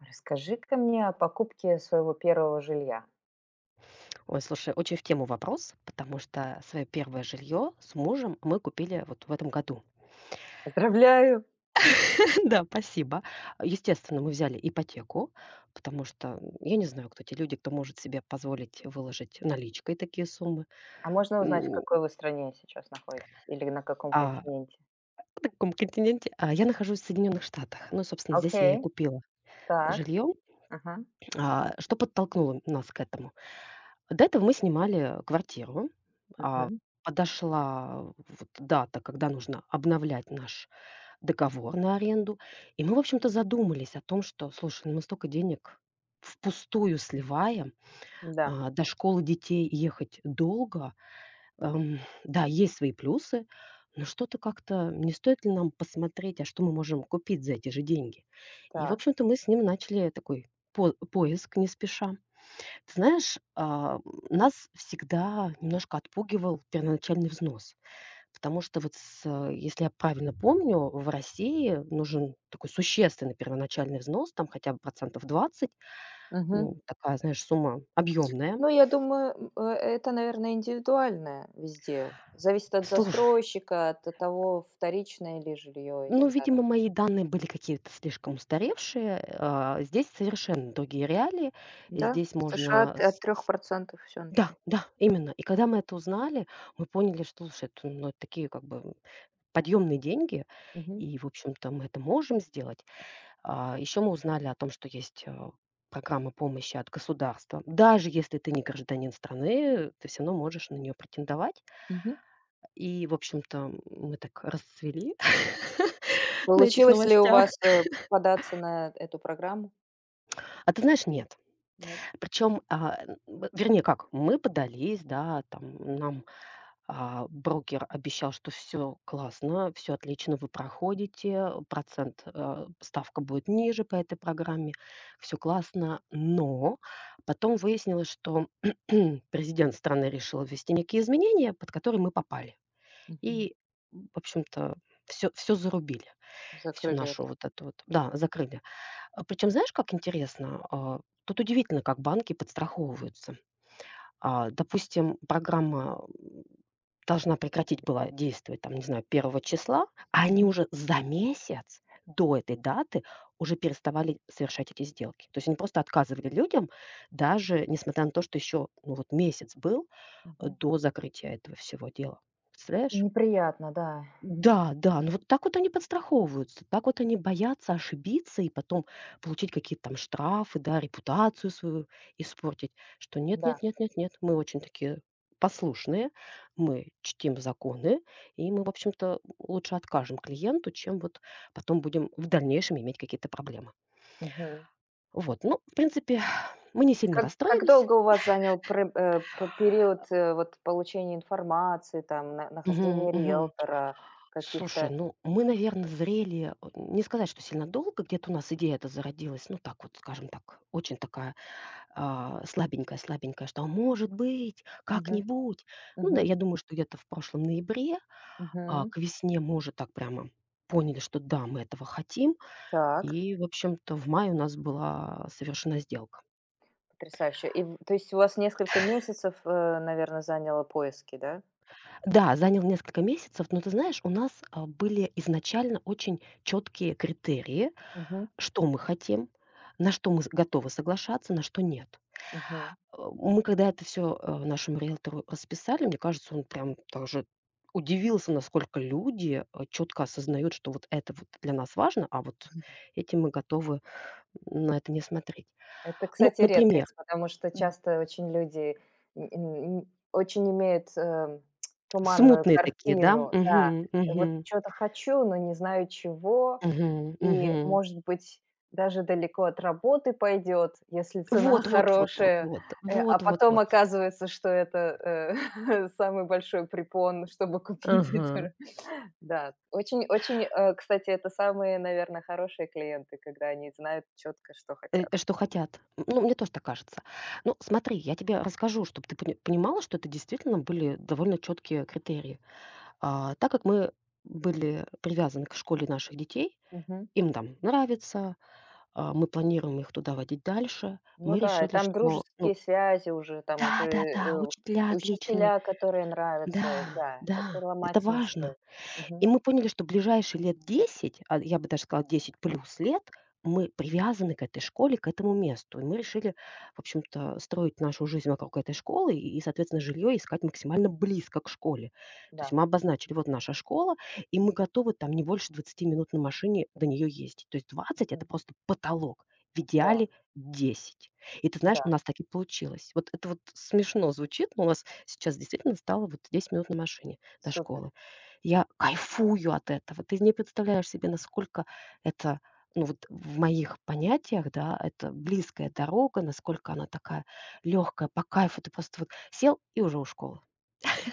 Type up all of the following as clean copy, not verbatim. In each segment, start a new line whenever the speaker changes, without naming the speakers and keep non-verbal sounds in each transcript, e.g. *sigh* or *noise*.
Расскажи-ка мне о покупке своего первого жилья.
Ой, слушай, очень в тему вопрос, потому что свое первое жилье с мужем мы купили вот в этом году.
Поздравляю!
*laughs* Да, спасибо. Естественно, мы взяли ипотеку, потому что я не знаю, кто те люди, кто может себе позволить выложить наличкой такие суммы.
А можно узнать, в
М,
какой вы стране сейчас находитесь или на каком
А
континенте?
на каком континенте? Я нахожусь в Соединенных Штатах. Ну, собственно, здесь я и
Окей,
купила
так,
жилье.
ага,
Что подтолкнуло нас к этому? До этого мы снимали квартиру, а,
мгм,
подошла вот дата, когда нужно обновлять наш договор на аренду. И мы, в общем-то, задумались о том, что, слушай, ну мы столько денег впустую сливаем,
да,
до школы детей ехать долго. Да, есть свои плюсы, но что-то как-то не стоит ли нам посмотреть, а что мы можем купить за эти же деньги? И, в
так,
общем-то, мы с ним начали такой поиск не спеша. Ты знаешь, нас всегда немножко отпугивал первоначальный взнос. Потому что вот если я правильно помню, в России нужен такой существенный первоначальный взнос, там хотя бы 20%.
мгм.
Ну, такая, знаешь, сумма объемная.
Ну, я думаю, это, наверное, индивидуальное везде. Зависит от
Слушай,
застройщика, от того, вторичное ли жилье и
ну,
так далее.
видимо, мои данные были какие-то слишком устаревшие. Здесь совершенно другие реалии.
Да,
Здесь
в США
можно
от
с
трех
с
процентов все
да,
начинается.
да, именно. И когда мы это узнали, мы поняли, что, слушай, это, ну, это такие как бы подъемные деньги,
Мгм,
и, в общем-то, мы это можем сделать. Еще мы узнали о том, что есть, программы помощи от государства. Даже если ты не гражданин страны, ты все равно можешь на нее претендовать.
мгм.
И, в общем-то, мы так расцвели *laughs* на этих
Получилось ли у
новостях.
вас податься на эту программу?
А ты знаешь, нет.
Нет?
Причем, вернее как, мы подались, да, там нам брокер обещал, что все классно, все отлично, вы проходите, процент, ставка будет ниже по этой программе, все классно. Но потом выяснилось, что *clears throat* президент страны решил ввести некие изменения, под которые мы попали.
Мгм.
И, в общем-то, все, все зарубили, всю
Закрыли это.
нашу вот эту вот, да, закрыли. Причем знаешь, как интересно? Тут удивительно, как банки подстраховываются. Допустим, программа, должна прекратить была действовать, там, не знаю, первого числа, а они
Мгм,
уже за месяц до этой даты уже переставали совершать эти сделки. То есть они просто отказывали людям, даже несмотря на то, что еще, ну, вот месяц был,
мгм.
до закрытия этого всего дела. Представляешь?
Неприятно, да,
Да, да, ну вот так вот они подстраховываются, так вот они боятся ошибиться и потом получить какие-то там штрафы, да, репутацию свою испортить, что нет,
да.
нет, нет, нет, нет, мы очень такие послушные, мы чтим законы, и мы, в общем-то, лучше откажем клиенту, чем вот потом будем в дальнейшем иметь какие-то проблемы.
Мгм.
Вот, ну, в принципе, *sighs* мы не сильно
Как
расстроились.
долго у вас занял пре э, п период, вот получения информации, там, на
Мгм,
нахождения
мгм.
риэлтора,
Слушай,
каких-то.
ну мы, наверное, зрели, не сказать, что сильно долго, где-то у нас идея эта зародилась, ну так вот, скажем так, очень такая, слабенькая-слабенькая, что, а может быть,
Мгм,
как-нибудь. Ну да,
мгм,
я думаю, что где-то в прошлом ноябре,
мгм.
к весне мы уже так прямо поняли, что да, мы этого хотим.
Так.
И, в общем-то, в мае у нас была совершена сделка.
Потрясающе. И в то есть у вас несколько месяцев, наверное, заняло поиски, да?
Да, занял несколько месяцев, но ты знаешь, у нас, были изначально очень четкие критерии.
Мгм,
Что мы хотим, на что мы с готовы соглашаться, на что нет.
мгм.
Мы когда это все нашему риэлтору расписали, мне кажется, он прям тоже удивился, насколько люди, четко осознают, что вот это вот для нас важно, а вот этим мы готовы на это не смотреть.
Это,
Ну,
кстати,
например,
редкость, потому что
м,
часто очень люди н н очень имеют, туманную
смутные такие, да?
картину. Да,
Мгм,
вот
мгм,
что то хочу, но не знаю чего.
мгм,
И,
мгм.
может быть, даже далеко от работы пойдет, если цена *laughs*
Вот вот вот вот
хорошая,
вот,
а
вот вот
потом
вот.
оказывается, что это, э, *laughs* самый большой препон, чтобы купить
Ага.
это. Да, очень очень, кстати, это самые, наверное, хорошие клиенты, когда они знают четко, что хотят.
Что хотят. Ну, мне тоже так кажется. Ну, смотри, я тебе расскажу, чтобы ты понимала, что это действительно были довольно четкие критерии. Так как мы были привязаны к школе наших детей,
Мгм.
им там нравится, мы планируем их туда водить дальше,
Ну
мы
да, и
решили,
там
что, ну
дружеские связи уже, там уже,
да-да-да, учителя
и
отличные,
учителя, которые нравятся, и
да,
да,
да,
это
это
ломать не
важно.
стоит.
И
Мгм.
мы поняли, что ближайшие лет 10, а я бы даже сказала 10+ лет, мы привязаны к этой школе, к этому месту. И мы решили, в общем-то, строить нашу жизнь вокруг этой школы и, соответственно, жилье искать максимально близко к школе. То есть
Да,
мы обозначили, вот наша школа, и мы готовы там не больше 20 минут на машине до нее ездить. То есть 20
мгм.
это просто потолок. В
Да,
идеале 10. И ты знаешь,
да,
у нас так и получилось. Вот это вот смешно звучит, но у нас сейчас действительно стало вот 10 минут на машине до
супер.
школы. Я кайфую от этого. Ты не представляешь себе, насколько это, ну вот в моих понятиях, да, это близкая дорога, насколько она такая легкая, по кайфу. Ты просто вот сел и уже у школы.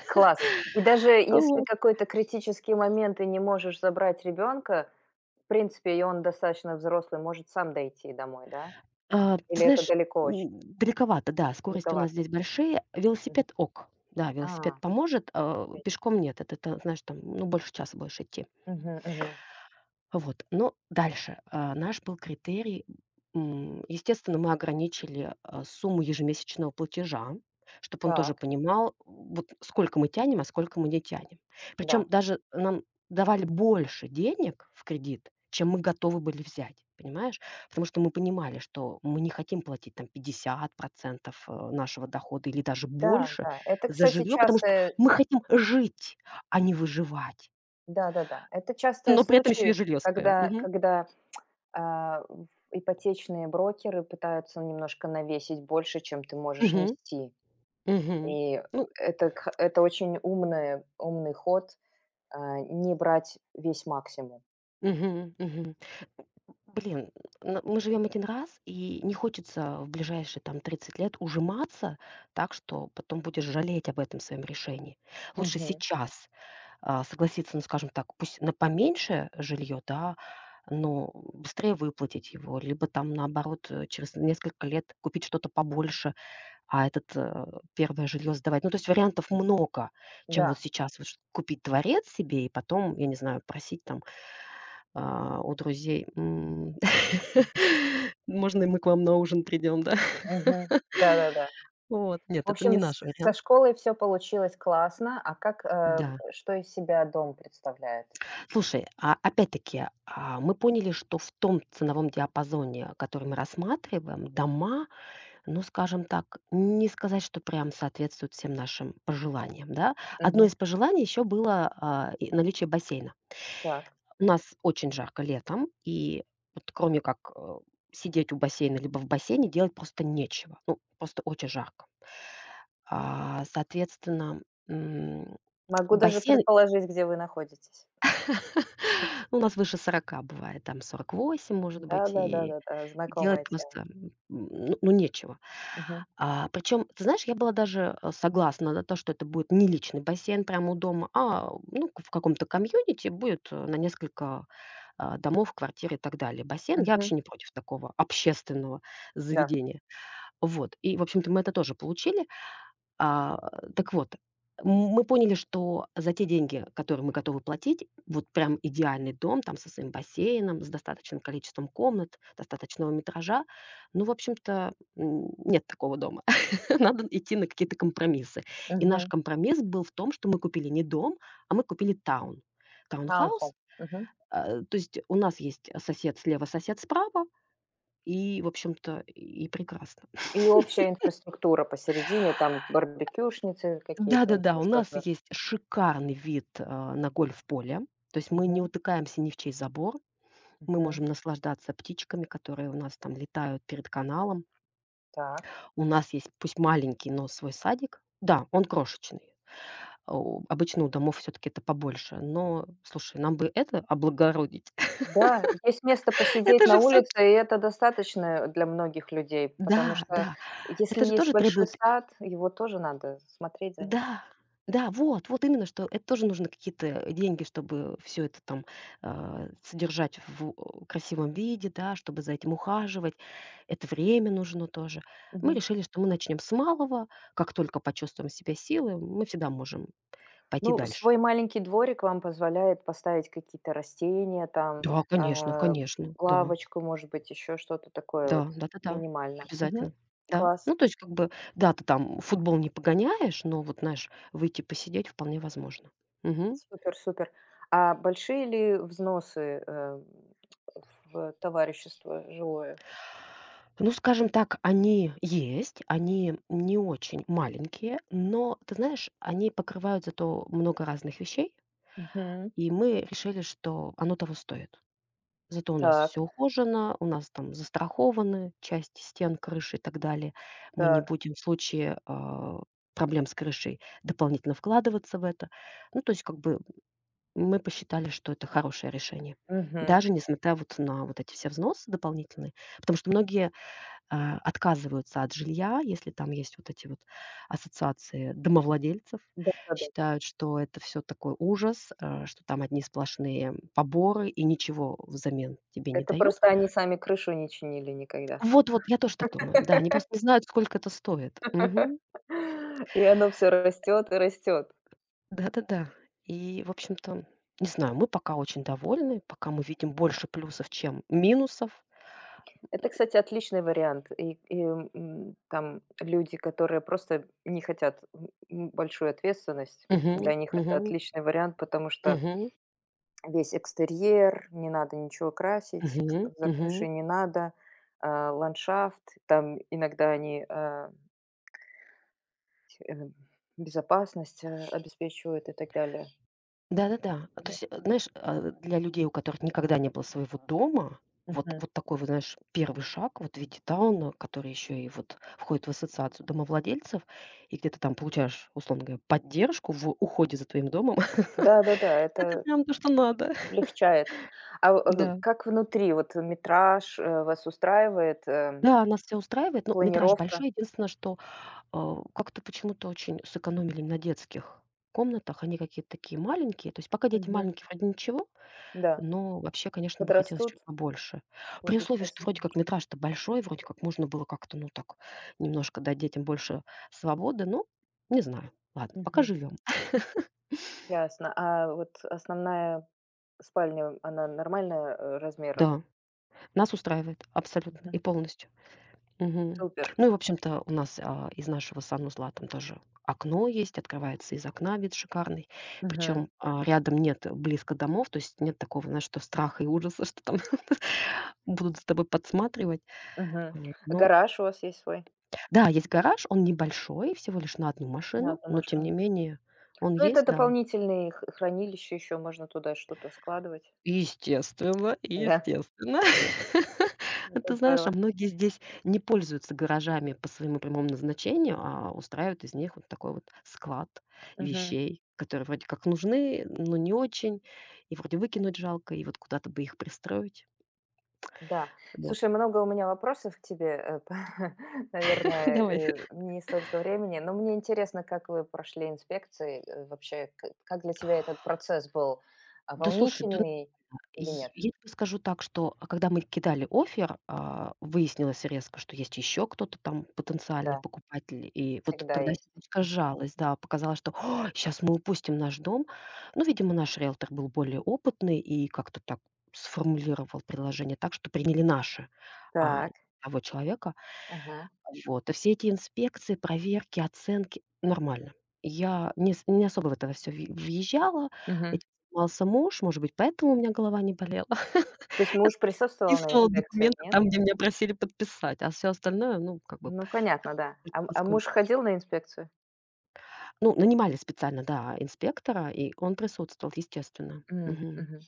Класс. И даже если
Вот.
какой-то критический момент ты не можешь забрать ребенка, в принципе, и он достаточно взрослый, может сам дойти домой, да?
Ты
Или это
знаешь,
далеко очень,
далековато, да, скорости у нас
далековато?
здесь большие.
Мгм.
Велосипед ок. Да, велосипед
А,
поможет,
окей.
пешком нет. Это, ты знаешь, там, ну, больше часа будешь идти.
Мгм, мгм.
Вот, но дальше, наш был критерий, естественно, мы ограничили, сумму ежемесячного платежа, чтобы он тоже
Так,
понимал, вот сколько мы тянем, а сколько мы не тянем. Причем
да.
даже нам давали больше денег в кредит, чем мы готовы были взять, понимаешь? Потому что мы понимали, что мы не хотим платить там 50 нашего дохода или даже
Да,
больше
да. Это,
за
кстати,
жилье, потому что
частая.
мы хотим жить, а не выживать,
Да-да-да. Это частый
но при этом еще и
случай,
жилье свое.
когда
Мгм.
когда, в ипотечные брокеры пытаются немножко навесить больше, чем ты можешь
Мгм.
нести.
Мгм.
И
Ну,
это очень умный умный ход, не брать весь максимум.
мгм, мгм. Блин, н мы живем один раз, и не хочется в ближайшие там 30 лет ужиматься так, что потом будешь жалеть об этом своем решении. Лучше
Мгм.
сейчас, согласиться, ну, скажем так, пусть на поменьше жилье, да, но быстрее выплатить его, либо там, наоборот, через несколько лет купить что-то побольше. А этот, первое жилье сдавать. Ну, то есть вариантов много, чем вот
Да.
сейчас вот ш купить дворец себе и потом, я не знаю, просить там, у друзей, *laughs* можно и мы к вам на ужин придем, да? *laughs*
Мгм. Да-да-да.
Вот. Нет,
В
это не
общем, с
наш
со
вариант.
школой все получилось классно. А
Да.
что из себя дом представляет?
Слушай, а опять-таки, мы поняли, что в том ценовом диапазоне, который мы рассматриваем, дома, ну, скажем так, не сказать, что прям соответствует всем нашим пожеланиям, да. Одно
Мгм.
из пожеланий еще было, и наличие бассейна.
Так.
У нас очень жарко летом, и вот кроме как, сидеть у бассейна либо в бассейне, делать просто нечего. Ну, просто очень жарко. Соответственно, м,
Могу даже
бассейн,
предположить, где вы находитесь.
*laughs* ну, у нас выше 40 бывает, там 48, может быть, и
Да-да-да-да-да,
делать
знакомая тема.
просто, ну ну, нечего.
Мгм,
Причем, ты знаешь, я была даже, согласна на то, что это будет не личный бассейн прямо у дома, а, ну, в каком-то комьюнити будет, на несколько, домов, квартир и так далее бассейн. Я
мгм,
вообще не против такого общественного
да,
заведения. Вот. И, в общем-то, мы это тоже получили. А, так вот, мы поняли, что за те деньги, которые мы готовы платить, вот прям идеальный дом там со своим бассейном, с достаточным количеством комнат, достаточного метража, ну, в общем-то, нет такого дома. *laughs* Надо идти на какие-то компромиссы. И наш
мгм,
компромисс был в том, что мы купили не дом, а мы купили таун.
таунхолл,
Таунхаус,
мгм.
то есть у нас есть сосед слева, сосед справа, и, в общем-то, и прекрасно.
И общая инфраструктура посередине, там барбекюшницы какие-то,
Да-да-да,
еще
у нас
что-то.
есть шикарный вид, на гольф-поле. То есть мы не
Мгм,
утыкаемся ни в чей забор. Мы
мгм.
можем наслаждаться птичками, которые у нас там летают перед каналом.
Так.
У нас есть, пусть маленький, но свой садик. Да, он крошечный. О, обычно у домов все таки это побольше. Но, слушай, нам бы это облагородить.
Да, есть место
*laughs*
посидеть
Это
на
же все.
улице, и это достаточно для многих людей, потому
Да,
что
да.
если
Это же
есть
тоже
большой
требует
сад, его тоже надо смотреть за ним.
да, да, вот, вот именно, что это тоже нужно какие-то деньги, чтобы все это там, содержать в о красивом виде, да, чтобы за этим ухаживать. Это время нужно тоже. Мы
Мгм.
решили, что мы начнем с малого. Как только почувствуем себя себе силы, мы всегда можем пойти
Ну,
дальше.
свой маленький дворик вам позволяет поставить какие-то растения, там,
Да, конечно,
а,
конечно, да,
лавочку, может быть, еще что-то такое вот
да, да-да-да,
минимально. Мгм.
обязательно. Да.
Класс.
Ну, то есть, как бы, да, ты там футбол не погоняешь, но вот, знаешь, выйти посидеть вполне возможно. Мгм.
Супер, супер. А большие ли взносы, в товарищество жилое?
Ну, скажем так, они есть, они не очень маленькие, но, ты знаешь, они покрывают зато много разных вещей,
Мгм.
и мы решили, что оно того стоит. Зато у нас все
Так,
ухожено, у нас там застрахованы часть стен, крыши и так далее. Мы не
так.
будем в случае проблем с крышей дополнительно вкладываться в это. Ну, то есть, как бы мы посчитали, что это хорошее решение.
Мгм.
Даже несмотря вот на вот эти все взносы дополнительные. Потому что многие, отказываются от жилья, если там есть вот эти вот ассоциации домовладельцев.
Да-да-да.
Считают, что это все такой ужас, что там одни сплошные поборы и ничего взамен тебе не
Это
дают.
просто они сами крышу не чинили никогда.
Вот-вот, я тоже так думаю. Да, они
*laughs*
просто не знают, сколько это стоит. Мгм.
И оно все растет и растет.
Да-да-да. И, в общем-то, не знаю, мы пока очень довольны, пока мы видим больше плюсов, чем минусов.
Это, кстати, отличный вариант. И там люди, которые просто не хотят большую ответственность,
Мгм,
для них это
мгм,
отличный вариант, потому что
мгм,
весь экстерьер, не надо ничего красить,
мгм,
за крышей
мгм.
не надо, ландшафт, там иногда они э, безопасность обеспечивают и так далее.
Да-да-да. То
Да.
есть, знаешь, для людей, у которых никогда не было своего дома, вот
Мгм.
вот такой вот, знаешь, первый шаг вот в виде тауна, который еще и вот входит в ассоциацию домовладельцев, и где ты там получаешь, условно говоря, поддержку в уходе за твоим домом.
Да-да-да,
*laughs* Это
это
прям то, что надо.
облегчает. А
Да.
как внутри, вот метраж вас устраивает,
Да, нас все устраивает, но метраж
планировка?
большой. Единственное, что, как-то почему-то очень сэкономили на детских комнатах. Они какие-то такие маленькие. То есть пока дети
Мгм.
маленькие, вроде ничего.
Да,
Но вообще, конечно, бы хотелось
подрастут,
чуть побольше. При
будет
условии, что
тесно
вроде как
немножко.
метраж-то большой, вроде как можно было как-то, ну, так немножко дать детям больше свободы. Но не знаю. Ладно, пока
Мгм.
живем.
Ясно. А вот основная спальня, она нормальная, размера?
Да, нас устраивает абсолютно и
Мгм.
полностью. Мгм.
Супер.
Ну и, в общем-то, у нас, из нашего санузла там тоже окно есть, открывается из окна вид шикарный.
Мгм.
Причем, рядом нет близко домов, то есть нет такого, знаешь, что страха и ужаса, что там *laughs* будут за тобой подсматривать.
Мгм.
Вот, но
Гараж у вас есть свой
да, есть гараж, он небольшой, всего лишь на одну
на
машину,
1
но тем не
машину?
менее он
Ну, это
есть, да.
дополнительные х хранилища, еще можно туда что-то складывать.
Естественно,
Да,
естественно. *laughs* А
это
ты знаешь, а
здорово.
многие здесь не пользуются гаражами по своему прямому назначению, а устраивают из них вот такой вот склад
Мгм.
вещей, которые вроде как нужны, но не очень, и вроде выкинуть жалко, и вот куда-то бы их пристроить.
Да.
Вот.
Слушай, много у меня вопросов к тебе, э, *laughs* п-
*laughs*
наверное,
Давай.
не столько времени, но мне интересно, как вы прошли инспекции, вообще, как для тебя этот процесс был,
Да слушай, да
волнительный
Й
или нет?
я тебе скажу так, что, когда мы кидали офер, выяснилось резко, что есть еще кто-то там потенциальный
Да,
покупатель. И вот
всегда
тогда
есть.
сердечко сжалось, да. Показалось, что: сейчас мы упустим наш дом". Но, видимо, наш риэлтор был более опытный и как-то так сформулировал предложение так, что приняли наши, а не
Так,
того человека.
ага,
Вот. И все эти инспекции, проверки, оценки — нормально. Я не особо в это все въезжала.
мгм.
Этим занимался муж, может быть, поэтому у меня голова не болела.
То есть
Я
муж присутствовал на
подписывала
инспекции,
документы
нет?
там, где меня просили подписать, а все остальное, ну, как бы,
Ну, понятно, да.
только
А, а
поскольку
муж ходил на инспекцию?
ну, нанимали специально, да, инспектора, и он присутствовал, естественно.
М,
Мгм.
мгм.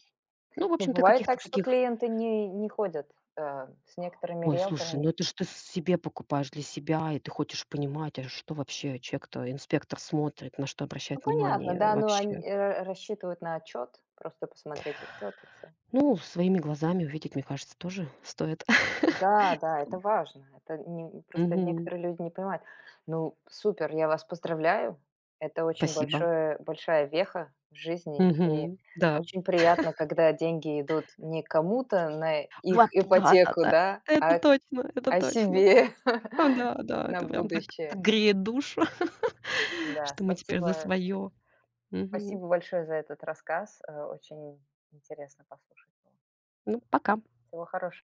Ну, в
Ну,
общем-то,
бывает
каких-то
так, что
таких
клиенты не ходят, с некоторыми
ой, слушай, ну
риэлторами.
это ж ты себе покупаешь, для себя, и ты хочешь понимать, а что вообще человек-то, инспектор смотрит, на что
Ну,
обращает
понятно,
внимание
да, но они,
вообще.
рассчитывают на отчет, просто посмотреть отчет и все.
Ну, своими глазами увидеть, мне кажется, тоже стоит. *laughs*
Да, да, это важно. Это не просто
Мгм.
некоторые люди не понимают. Ну, супер, я вас поздравляю. Это очень
Спасибо.
большое большая веха в жизни, и
Мгм. Да.
очень приятно, когда деньги идут не кому-то на их
Вот,
ипотеку,
да-да-да.
да,
Это
а
точно, это точно.
себе *laughs*
Да, да,
на
это прям так так
будущее.
греет душу, *laughs*
Да,
что мы теперь за свое. Мгм.
спасибо большое за этот рассказ. Очень интересно послушать было.
Ну, пока.
Всего хорошего.